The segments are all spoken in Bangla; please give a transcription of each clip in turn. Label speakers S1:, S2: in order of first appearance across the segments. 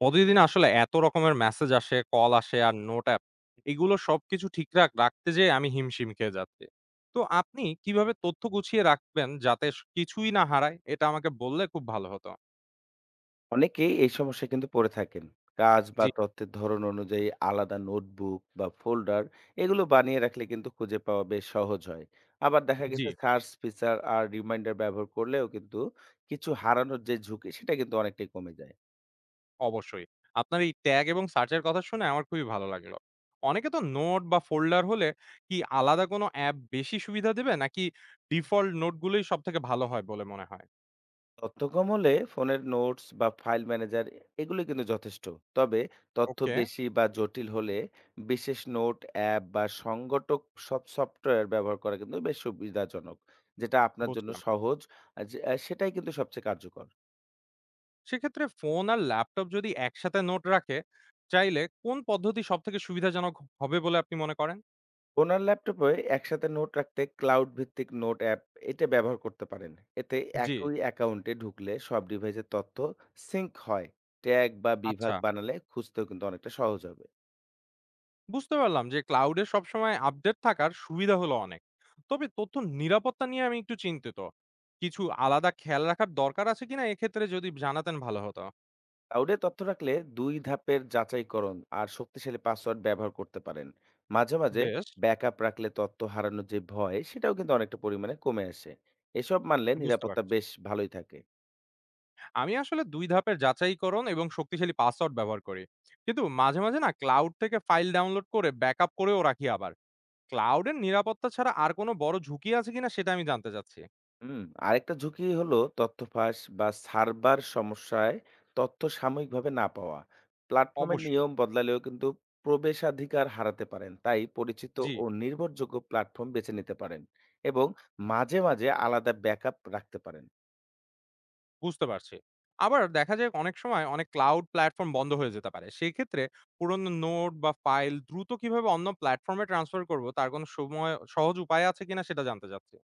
S1: প্রতিদিন আসলে এত রকমের মেসেজ আসে, কল আসে আর নোট অ্যাপ। এগুলো সবকিছু ঠিক রাখতে যেয়ে আমি হিমশিম খেয়ে যাচ্ছি। তো আপনি কিভাবে তথ্য গুছিয়ে রাখবেন যাতে স কিছুই না হারায়? এটা আমাকে বললে খুব ভালো হতো।
S2: অনেকেই এই সমস্যায় কিন্তু পড়ে থাকেন। কাজ
S1: জি,
S2: বা তথ্যের ধরন অনুযায়ী আলাদা নোটবুক বা ফোল্ডার এগুলো বানিয়ে রাখলে কিন্তু খুঁজে পাওয়া বেশ সহজ হয়। আবার দেখা
S1: জি,
S2: গেছে সার্চ ফিচার আর রিমাইন্ডার ব্যবহার করলেও কিন্তু কিছু হারানোর যে ঝুঁকি সেটা কিন্তু অনেকটাই কমে যায়।
S1: অবশ্যই। আপনার এই ট্যাগ এবং সার্চের কথা শুনে আমার খুবই ভালো লাগলো। অনেকে তো নোট বা ফোল্ডার হলে কি আলাদা কোনো অ্যাপ বেশি সুবিধা দেবে নাকি ডিফল্ট নোটগুলোই সবথেকে ভালো হয় বলে মনে হয়?
S2: তথ্য কম হলে ফোনের নোটস বা ফাইল ম্যানেজার এগুলো কিন্তু যথেষ্ট। তবে তথ্য
S1: ওকে,
S2: বেশি বা জটিল হলে বিশেষ নোট অ্যাপ বা সংগঠক সব সফটওয়্যার ব্যবহার করা কিন্তু বেশ সুবিধাজনক, যেটা আপনার জন্য
S1: বুঝলাম।
S2: সহজ আর সেটাই কিন্তু সবচেয়ে কার্যকর।
S1: সেক্ষেত্রে ফোন আর ল্যাপটপ যদি একসাথে নোট রাখে চাইলে কোন পদ্ধতি সব থেকে সুবিধাজনক হবে বলে আপনি মনে করেন?
S2: ফোন আর ল্যাপটপে একসাথে নোট রাখতে ক্লাউড ভিত্তিক নোট অ্যাপ এটা ব্যবহার করতে পারেন। এতে
S1: জি।
S2: একই অ্যাকাউন্টে ঢুকলে সব ডিভাইসের তথ্য সিঙ্ক হয়। ট্যাগ বা
S1: আচ্ছা,
S2: বিভাগ বানালে খুঁজতেও কিন্তু অনেকটা সহজ হবে।
S1: বুঝতে পারলাম যে ক্লাউডে সবসময় আপডেট থাকার সুবিধা হলো অনেক। তবে তথ্য নিরাপত্তা নিয়ে আমি একটু চিন্তিত। কিছু আলাদা খেয়াল রাখার দরকার আছে কিনা এক্ষেত্রে যদি জানাতেন ভালো হতো।
S2: ক্লাউডে তথ্য রাখলে দুই ধাপের যাচাইকরণ আর শক্তিশালী পাসওয়ার্ড ব্যবহার করতে পারেন। মাঝে মাঝে
S1: বেশ,
S2: ব্যাকআপ রাখলে তথ্য হারানোর যে ভয় সেটাও কিন্তু অনেকটা পরিমাণে কমে আসে। এসব মানলে
S1: বুঝতে
S2: নিরাপত্তা
S1: পারছি।
S2: বেশ ভালোই থাকে।
S1: আমি আসলে দুই ধাপের যাচাইকরণ এবং শক্তিশালী পাসওয়ার্ড ব্যবহার করি, কিন্তু মাঝে মাঝে না ক্লাউড থেকে ফাইল ডাউনলোড করে ব্যাকআপ করেও রাখি আবার। ক্লাউডের নিরাপত্তা ছাড়া আর কোনো বড় ঝুঁকি আছে কিনা সেটা আমি জানতে চাচ্ছি।
S2: হুম আরেকটা ঝুঁকি হলো তথ্য ফাঁস বা সার্ভার সমস্যায় তথ্য সাময়িকভাবে না পাওয়া। প্ল্যাটফর্মের
S1: অবশ্যই।
S2: নিয়ম বদলালেও কিন্তু প্রবেশাধিকার হারাতে পারেন, তাই পরিচিত
S1: জি,
S2: ও নির্ভরযোগ্য প্ল্যাটফর্ম বেছে নিতে পারেন এবং মাঝে মাঝে আলাদা ব্যাকআপ রাখতে পারেন।
S1: বুঝতে পারছি। আবার দেখা যায় অনেক সময় অনেক ক্লাউড প্ল্যাটফর্ম বন্ধ হয়ে যেতে পারে। সেক্ষেত্রে পুরনো নোট বা ফাইল দ্রুত কিভাবে অন্য প্ল্যাটফর্মে ট্রান্সফার করব তার কোনো সময় সহজ উপায় আছে কিনা সেটা জানতে চাচ্ছি।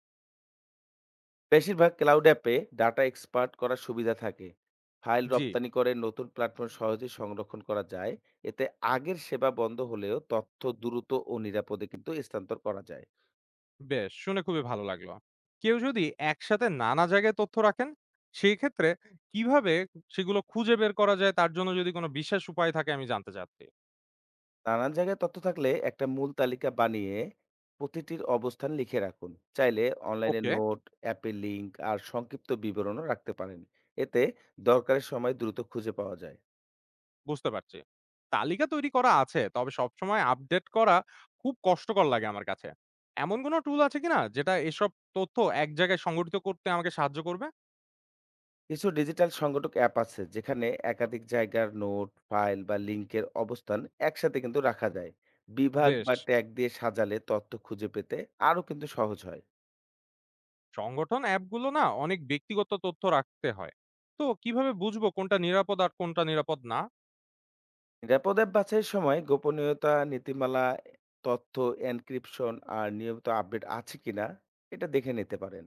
S2: বেশিরভাগ ক্লাউড অ্যাপে ডাটা এক্সপার্ট করার সুবিধা থাকে। ফাইল
S1: জি,
S2: রপ্তানি করে নতুন প্ল্যাটফর্ম সহজে সংরক্ষণ করা যায়। এতে আগের সেবা বন্ধ হলেও তথ্য দ্রুত ও নিরাপদে কিন্তু স্থানান্তর করা যায়।
S1: বেশ, শুনে খুবই ভালো লাগলো। কেউ যদি একসাথে নানা জায়গায় তথ্য রাখেন, সেই ক্ষেত্রে কিভাবে সেগুলো খুঁজে বের করা যায় তার জন্য যদি কোনো বিশেষ উপায় থাকে আমি জানতে চাচ্ছি।
S2: নানান জায়গায় তথ্য থাকলে একটা মূল তালিকা বানিয়ে প্রতিটির অবস্থান লিখে রাখুন। চাইলে অনলাইনে
S1: ওকে।
S2: নোট অ্যাপে লিংক আর সংক্ষিপ্ত বিবরণও রাখতে পারেন। এতে দরকারের সময় দ্রুত খুঁজে পাওয়া যায়।
S1: বুঝতে পারছি। তালিকা তৈরি করা আছে। তবে সবসময় আপডেট করা খুব কষ্টকর লাগে আমার কাছে। এমন কোনো টুল আছে কিনা যেটা এসব তথ্য এক জায়গায় সংগঠিত করতে আমাকে সাহায্য করবে?
S2: কিছু ডিজিটাল সংগঠক অ্যাপ আছে যেখানে একাধিক জায়গার নোট ফাইল বা লিঙ্কের অবস্থান একসাথে কিন্তু রাখা যায়। বিভাগ
S1: বেশ।
S2: বা ট্যাগ দিয়ে সাজালে তথ্য খুঁজে পেতে আরো কিন্তু সহজ হয়।
S1: সংগঠন অ্যাপগুলো না অনেক ব্যক্তিগত তথ্য রাখতে হয়। তো কিভাবে বুঝবো কোনটা নিরাপদ আর কোনটা নিরাপদ না?
S2: নিরাপদ অ্যাপ বাছাইয়ের সময় গোপনীয়তা নীতিমালা, তথ্য এনক্রিপশন আর নিয়মিত আপডেট আছে কিনা এটা দেখে নিতে পারেন।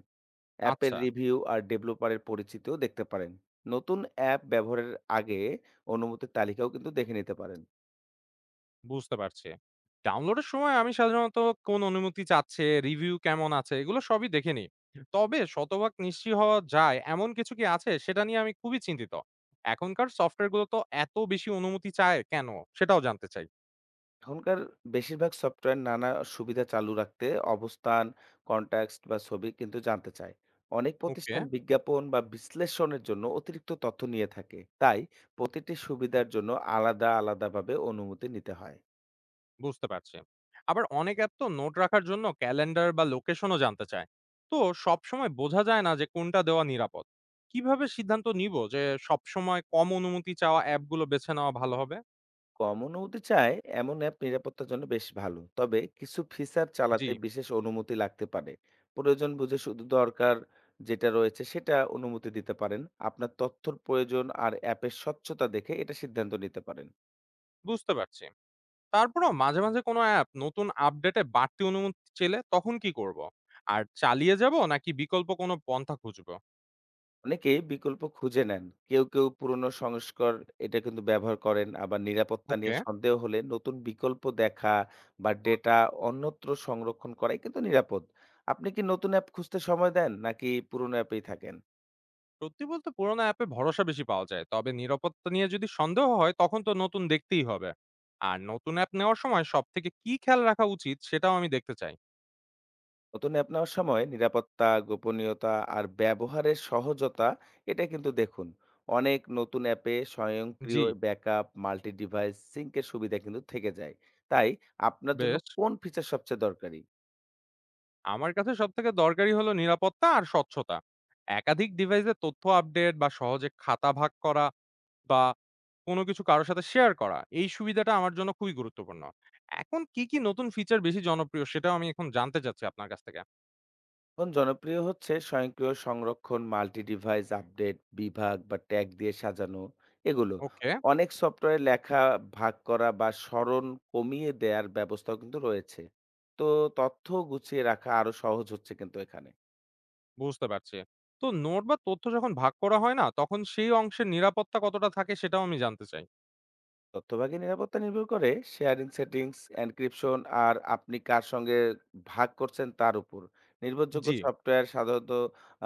S2: অ্যাপের
S1: আচ্ছা।
S2: রিভিউ আর ডেভেলপারের পরিচিতিও দেখতে পারেন। নতুন অ্যাপ ব্যবহারের আগে অনুমতির তালিকাও কিন্তু দেখে নিতে পারেন।
S1: বুঝতে পারছি। ডাউনলোডের সময় আমি সাধারণত কোন অনুমতি চাচ্ছে, রিভিউ কেমন আছে এগুলো সবই দেখে নিই। তবে শতভাগ নিশ্চিত হওয়া যায় এমন কিছু কি আছে সেটা নিয়ে আমি খুবই চিন্তিত। এখনকার সফটওয়্যার গুলো তো এত বেশি অনুমতি চায় কেন? সেটাও জানতে চাই।
S2: এখনকার বেশিরভাগ সফটওয়্যার নানা সুবিধা চালু রাখতে অবস্থান, কনটেক্সট বা ছবি কিন্তু জানতে চায়। অনেক
S1: ওকে,
S2: প্রতিষ্ঠান বিজ্ঞাপন বা বিশ্লেষণের জন্য অতিরিক্ত তথ্য নিয়ে থাকে। তাই প্রতিটি সুবিধার জন্য আলাদা, আলাদাভাবে অনুমতি নিতে হয়।
S1: বুঝতে পারছি। আবার অনেক অ্যাপ তো নোট রাখার জন্য ক্যালেন্ডার বা লোকেশনও জানতে চায়। তো সবসময় বোঝা যায় না যে কোনটা দেওয়া নিরাপদ। কিভাবে সিদ্ধান্ত নিব যে সবসময় কম অনুমতি চাওয়া অ্যাপগুলো বেছে নেওয়া ভালো হবে?
S2: কম অনুমতি চায় এমন অ্যাপ নিরাপত্তার জন্য বেশ ভালো। তবে কিছু ফিচার
S1: জি,
S2: চালাতে বিশেষ অনুমতি লাগতে পারে। প্রয়োজন বুঝে শুধু দরকার যেটা রয়েছে সেটা অনুমতি দিতে পারেন। আপনার তথ্যর প্রয়োজন আর অ্যাপের স্বচ্ছতা দেখে এটা সিদ্ধান্ত নিতে পারেন।
S1: বুঝতে পারছি। তারপরেও মাঝে, মাঝে কোনো অ্যাপ নতুন আপডেটে বাড়তি অনুমতি চেলে তখন কি করব? আর চালিয়ে যাব নাকি বিকল্প কোনো পন্থা খুঁজব?
S2: অনেকেই বিকল্প খুঁজে নেন। কেউ কেউ পুরনো সংস্কর এটা কিন্তু ব্যবহার করেন। আবার নিরাপত্তা নিয়ে
S1: ওকে।
S2: সন্দেহ হলে নতুন বিকল্প দেখা বা ডেটা অন্যত্র সংরক্ষণ করাই কিন্তু নিরাপদ। আপনি কি নতুন অ্যাপ খুঁজতে সময় দেন নাকি পুরনো অ্যাপেই থাকেন?
S1: সত্যি বলতে পুরোনো অ্যাপে ভরসা বেশি পাওয়া যায়। তবে নিরাপত্তা নিয়ে যদি সন্দেহ হয় তখন তো নতুন দেখতেই হবে। আর নতুন অ্যাপ নেওয়ার সময় সবথেকে কি খেয়াল রাখা উচিত সেটাও আমি দেখতে চাই।
S2: নতুন অ্যাপ নেওয়ার সময় নিরাপত্তা, গোপনীয়তা আর ব্যবহারের সহজতা এটা কিন্তু দেখুন। অনেক নতুন অ্যাপে
S1: জি,
S2: স্বয়ংক্রিয় ব্যাকআপ, মাল্টি ডিভাইস সিঙ্ক এর সুবিধা কিন্তু থেকে যায়। তাই আপনার জন্য
S1: বেশ।
S2: কোন ফিচার সবচেয়ে দরকারি?
S1: আমার কাছে সবথেকে দরকারি হলো নিরাপত্তা আর স্বচ্ছতা। একাধিক ডিভাইসে তথ্য আপডেট বা সহজে খাতা ভাগ করা বা কোনো কিছু কারো সাথে শেয়ার করা, এই সুবিধাটা আমার জন্য খুবই গুরুত্বপূর্ণ। এখন কি, কি নতুন ফিচার বেশি জনপ্রিয় সেটাও আমি এখন জানতে চাচ্ছি আপনার কাছ থেকে।
S2: এখন জনপ্রিয় হচ্ছে স্বয়ংক্রিয় সংরক্ষণ, মাল্টি ডিভাইস আপডেট, বিভাগ বা ট্যাগ দিয়ে সাজানো এগুলো।
S1: ওকে,
S2: অনেক সফটওয়্যারে লেখা ভাগ করা বা স্মরণ কমিয়ে দেওয়ার ব্যবস্থাও কিন্তু রয়েছে। তো তথ্য গুছিয়ে রাখা আরো সহজ হচ্ছে কিন্তু এখানে।
S1: বুঝতে পারছি। তো নোট বা তথ্য যখন ভাগ করা হয় না, তখন সেই অংশের নিরাপত্তা কতটা থাকে সেটাও আমি জানতে চাই।
S2: তথ্যভাগী নিরাপত্তা নির্ভর করে শেয়ারিং সেটিংস, এনক্রিপশন আর আপনি কার সঙ্গে ভাগ করছেন তার উপর। নির্ভরযোগ্য
S1: জি,
S2: সফটওয়্যার সাধারণত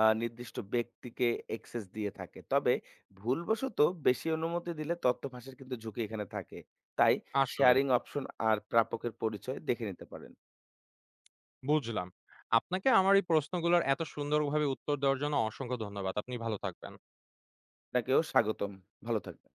S2: নির্দিষ্ট ব্যক্তিকে অ্যাক্সেস দিয়ে থাকে, তবে ভুলবশত বেশি অনুমতি দিলে তথ্য ফাঁসের কিন্তু ঝুঁকি এখানে থাকে। তাই
S1: আসলেই।
S2: শেয়ারিং অপশন আর প্রাপকের পরিচয় দেখে নিতে পারেন।
S1: বুঝলাম। আপনাকে আমার এই প্রশ্নগুলোর এত সুন্দরভাবে উত্তর দেওয়ার জন্য অসংখ্য ধন্যবাদ। আপনি ভালো থাকবেন।
S2: আপনাকেও স্বাগতম। ভালো থাকবেন।